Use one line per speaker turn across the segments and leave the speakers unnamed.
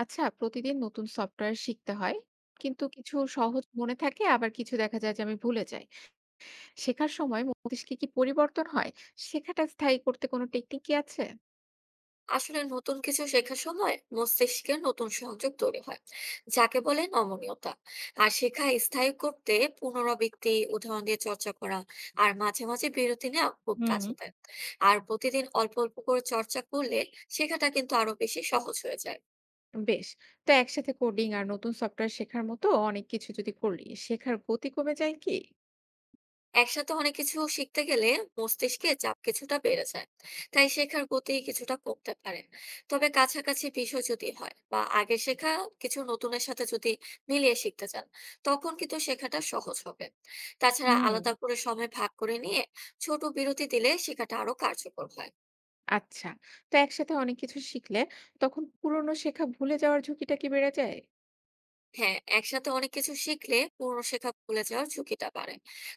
আচ্ছা, প্রতিদিন নতুন সফটওয়্যার শিখতে হয়, কিন্তু কিছু সহজ মনে থাকে, আবার কিছু দেখা যায় যে আমি ভুলে যাই। শেখার সময় মস্তিষ্কে কি পরিবর্তন হয়? শেখাটা স্থায়ী করতে কোনো টেকনিক কি আছে?
আসলে নতুন কিছু শেখার সময় মস্তিষ্কের নতুন সংযোগ তৈরি হয়, যাকে বলে নমনীয়তা। আর শেখা স্থায়ী করতে পুনরাবৃত্তি, উদাহরণ দিয়ে চর্চা করা আর মাঝে মাঝে বিরতি নেওয়া খুব কাজে দেয়। আর প্রতিদিন অল্প অল্প করে চর্চা করলে শেখাটা কিন্তু আরো বেশি সহজ হয়ে যায়।
বেশ। তো একসাথে কোডিং আর নতুন সফটওয়্যার শেখার মতো অনেক কিছু যদি করলি, শেখার গতি কমে যায় কি?
একসাথে অনেক কিছু শিখতে গেলে মস্তিষ্কে চাপ কিছুটা বেড়ে যায়, তাই শেখার গতি কিছুটা কমতে পারে। তবে কাছাকাছি বিষয় যদি হয় বা আগে শেখা কিছু নতুনের সাথে যদি মিলিয়ে শিখতে চান, তখন কিন্তু শেখাটা সহজ হবে। তাছাড়া
হুম।
আলাদা করে সময় ভাগ করে নিয়ে ছোট বিরতি দিলে শেখাটা আরো কার্যকর হয়।
আচ্ছা, তো একসাথে অনেক কিছু শিখলে তখন পুরনো শেখা ভুলে যাওয়ার ঝুঁকিটা কি বেড়ে যায়?
হ্যাঁ, একসাথে অনেক কিছু শিখলে পুরনো শেখা ভুলে যাওয়ার ঝুঁকিটা বাড়ে,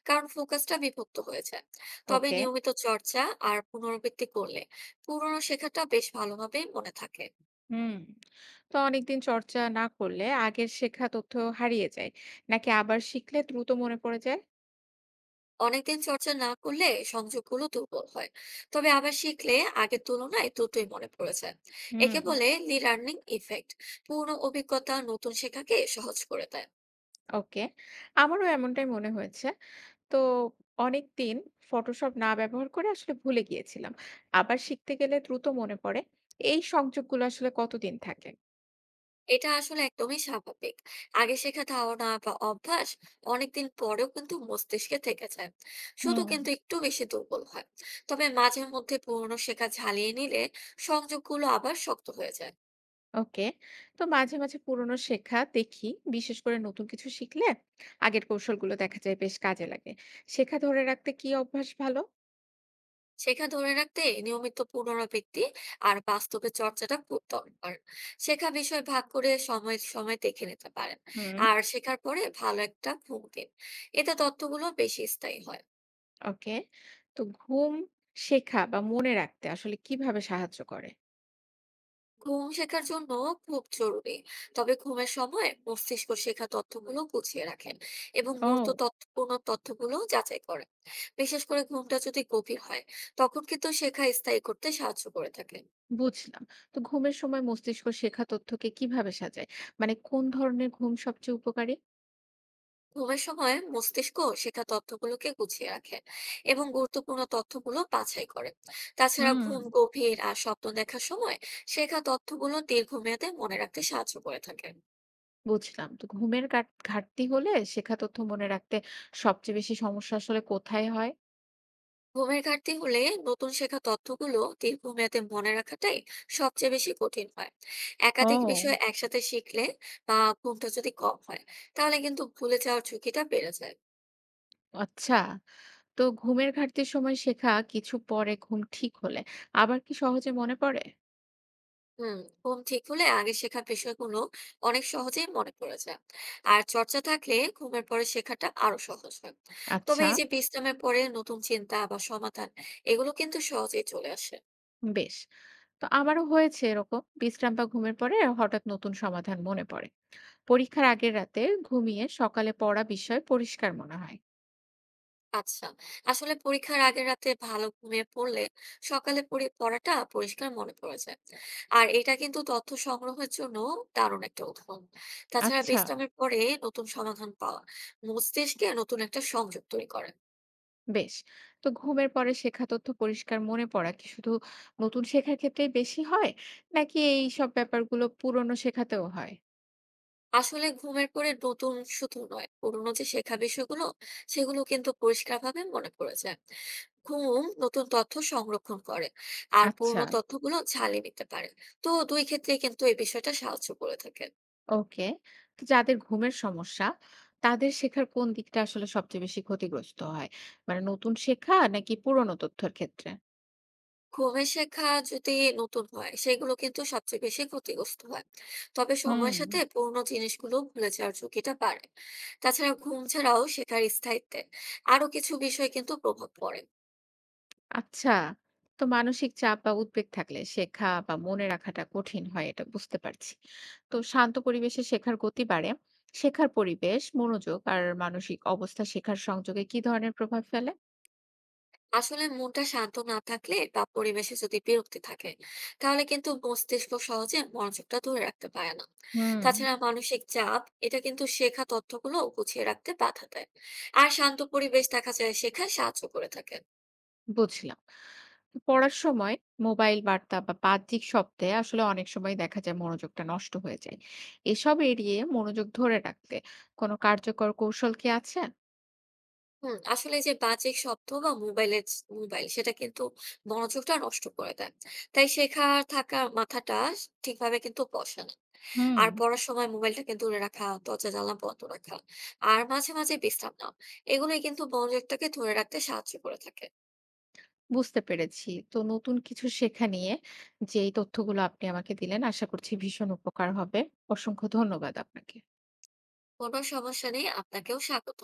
কারণ ফোকাসটা বিভক্ত হয়ে যায়। তবে
ওকে।
নিয়মিত চর্চা আর পুনরাবৃত্তি করলে পুরনো শেখাটা বেশ ভালোভাবে মনে থাকে।
হুম। তো অনেকদিন চর্চা না করলে আগের শেখা তথ্য হারিয়ে যায়, নাকি আবার শিখলে দ্রুত মনে পড়ে যায়?
অনেকদিন চর্চা না করলে সংযোগগুলো দুর্বল হয়, তবে আবার শিখলে আগের তুলনায় দ্রুতই মনে পড়ে যায়।
হুম।
একে বলে রিলার্নিং ইফেক্ট। পুরনো অভিজ্ঞতা নতুন শেখাকে সহজ করে দেয়।
ওকে, আমারও এমনটাই মনে হয়েছে। তো অনেক দিন ফটোশপ না ব্যবহার করে আসলে ভুলে গিয়েছিলাম, আবার শিখতে গেলে দ্রুত মনে পড়ে। এই সংযোগগুলো আসলে কতদিন থাকে?
এটা আসলে একদমই স্বাভাবিক। আগে শেখা ধারণা বা অভ্যাস অনেকদিন পরেও কিন্তু মস্তিষ্কে থেকে যায়, শুধু
হুম।
কিন্তু একটু বেশি দুর্বল হয়। তবে মাঝে মধ্যে পুরনো শেখা ঝালিয়ে নিলে সংযোগগুলো আবার শক্ত হয়ে যায়।
ওকে, তো মাঝে মাঝে পুরনো শেখা দেখি, বিশেষ করে নতুন কিছু শিখলে আগের কৌশলগুলো দেখা যায় বেশ কাজে লাগে। শেখা ধরে রাখতে কি অভ্যাস ভালো?
শেখা ধরে রাখতে নিয়মিত পুনরাবৃত্তি আর বাস্তবে চর্চাটা খুব দরকার। শেখা বিষয় ভাগ করে সময় সময় দেখে নিতে পারেন।
হুম।
আর শেখার পরে ভালো একটা ঘুম দিন, এতে তথ্যগুলো বেশি স্থায়ী হয়।
ওকে। তো ঘুম শেখা বা মনে রাখতে আসলে কিভাবে সাহায্য করে?
ঘুম শেখার জন্য খুব জরুরি। তবে ঘুমের সময় মস্তিষ্ক শেখা তথ্যগুলো গুছিয়ে রাখেন এবং গুরুত্ব
ও!
তথ্যপূর্ণ তথ্যগুলো যাচাই করেন। বিশেষ করে ঘুমটা যদি গভীর হয়, তখন কিন্তু শেখা স্থায়ী করতে সাহায্য করে থাকে।
বুঝলাম। তো ঘুমের সময় মস্তিষ্ক শেখা তথ্যকে কিভাবে সাজায়? মানে কোন ধরনের ঘুম সবচেয়ে উপকারী?
ঘুমের সময় মস্তিষ্ক শেখা তথ্যগুলোকে গুছিয়ে রাখে এবং গুরুত্বপূর্ণ তথ্যগুলো বাছাই করে। তাছাড়া
হুম।
ঘুম গভীর আর স্বপ্ন দেখার সময় শেখা তথ্যগুলো দীর্ঘমেয়াদে মনে রাখতে সাহায্য করে থাকে।
বুঝলাম। তো ঘুমের ঘাটতি হলে শেখা তথ্য মনে রাখতে সবচেয়ে বেশি সমস্যা আসলে কোথায় হয়?
ঘুমের ঘাটতি হলে নতুন শেখা তথ্যগুলো দীর্ঘমেয়াদে মনে রাখাটাই সবচেয়ে বেশি কঠিন হয়। একাধিক
ও!
বিষয় একসাথে শিখলে বা ঘুমটা যদি কম হয়, তাহলে কিন্তু ভুলে যাওয়ার ঝুঁকিটা বেড়ে যায়।
আচ্ছা। তো ঘুমের ঘাটতির সময় শেখা কিছু পরে ঘুম ঠিক হলে আবার কি সহজে মনে পড়ে?
হুম, ঘুম ঠিক হলে আগে শেখা বিষয়গুলো অনেক সহজেই মনে পড়ে যায়। আর চর্চা থাকলে ঘুমের পরে শেখাটা আরো সহজ হয়। তবে
আচ্ছা।
এই যে বিশ্রামের পরে নতুন চিন্তা বা সমাধান, এগুলো কিন্তু সহজেই চলে আসে।
বেশ, তো আমারও হয়েছে এরকম, বিশ্রাম বা ঘুমের পরে হঠাৎ নতুন সমাধান মনে পড়ে। পরীক্ষার আগের রাতে ঘুমিয়ে সকালে পড়া বিষয় পরিষ্কার মনে হয়।
আচ্ছা, আসলে পরীক্ষার আগের রাতে ভালো ঘুমিয়ে পড়লে সকালে পড়াটা পরিষ্কার মনে পড়ে যায়। আর এটা কিন্তু তথ্য সংগ্রহের জন্য দারুণ একটা উদাহরণ। তাছাড়া
আচ্ছা।
বিশ্রামের পরে নতুন সমাধান পাওয়া মস্তিষ্কে নতুন একটা সংযোগ তৈরি করে।
বেশ, তো ঘুমের পরে শেখা তথ্য পরিষ্কার মনে পড়া কি শুধু নতুন শেখার ক্ষেত্রেই বেশি হয়, নাকি এই সব ব্যাপারগুলো পুরনো শেখাতেও হয়?
আসলে ঘুমের পরে নতুন শুধু নয়, পুরোনো যে শেখা বিষয়গুলো, সেগুলো কিন্তু পরিষ্কারভাবে মনে পড়ে যায়। ঘুম নতুন তথ্য সংরক্ষণ করে আর
আচ্ছা।
পুরোনো তথ্যগুলো ঝালিয়ে নিতে পারে। তো দুই ক্ষেত্রে কিন্তু এই বিষয়টা সাহায্য করে থাকে।
ওকে, তো যাদের ঘুমের সমস্যা, তাদের শেখার কোন দিকটা আসলে সবচেয়ে বেশি ক্ষতিগ্রস্ত হয়? মানে নতুন শেখা নাকি পুরনো তথ্যের ক্ষেত্রে?
ঘুমের শেখা যদি নতুন হয় সেগুলো কিন্তু সবচেয়ে বেশি ক্ষতিগ্রস্ত হয়। তবে
হুম।
সময়ের সাথে পুরোনো জিনিসগুলো ভুলে যাওয়ার ঝুঁকিটা বাড়ে। তাছাড়া ঘুম ছাড়াও শেখার স্থায়িত্বে আরো কিছু বিষয় কিন্তু প্রভাব পড়ে।
আচ্ছা, তো মানসিক চাপ বা উদ্বেগ থাকলে শেখা বা মনে রাখাটা কঠিন হয়, এটা বুঝতে পারছি। তো শান্ত পরিবেশে শেখার গতি বাড়ে। শেখার পরিবেশ, মনোযোগ আর মানসিক অবস্থা শেখার সংযোগে কি ধরনের প্রভাব ফেলে?
আসলে মনটা শান্ত না থাকলে বা পরিবেশে যদি বিরক্তি থাকে, তাহলে কিন্তু মস্তিষ্ক সহজে মনোযোগটা ধরে রাখতে পারে না।
হুম।
তাছাড়া মানসিক চাপ এটা কিন্তু শেখা তথ্যগুলো গুছিয়ে রাখতে বাধা দেয়। আর শান্ত পরিবেশ দেখা যায় শেখায় সাহায্য করে থাকে।
বুঝলাম। পড়ার সময় মোবাইল বার্তা বা বাহ্যিক শব্দে আসলে অনেক সময় দেখা যায় মনোযোগটা নষ্ট হয়ে যায়। এসব এড়িয়ে মনোযোগ ধরে রাখতে কোনো কার্যকর কৌশল কি আছে?
হুম, আসলে যে বাজে শব্দ বা মোবাইলের মোবাইল, সেটা কিন্তু মনোযোগটা নষ্ট করে দেয়। তাই শেখার থাকা মাথাটা ঠিকভাবে কিন্তু বসে না।
হুম।
আর পড়ার সময় মোবাইলটা কিন্তু দূরে রাখা, দরজা জানলা বন্ধ রাখা, আর মাঝে মাঝে বিশ্রাম নেওয়া, এগুলোই কিন্তু মনোযোগটাকে ধরে রাখতে সাহায্য করে থাকে।
বুঝতে পেরেছি। তো নতুন কিছু শেখা নিয়ে যে এই তথ্যগুলো আপনি আমাকে দিলেন, আশা করছি ভীষণ উপকার হবে। অসংখ্য ধন্যবাদ আপনাকে।
কোনো সমস্যা নেই, আপনাকেও স্বাগত।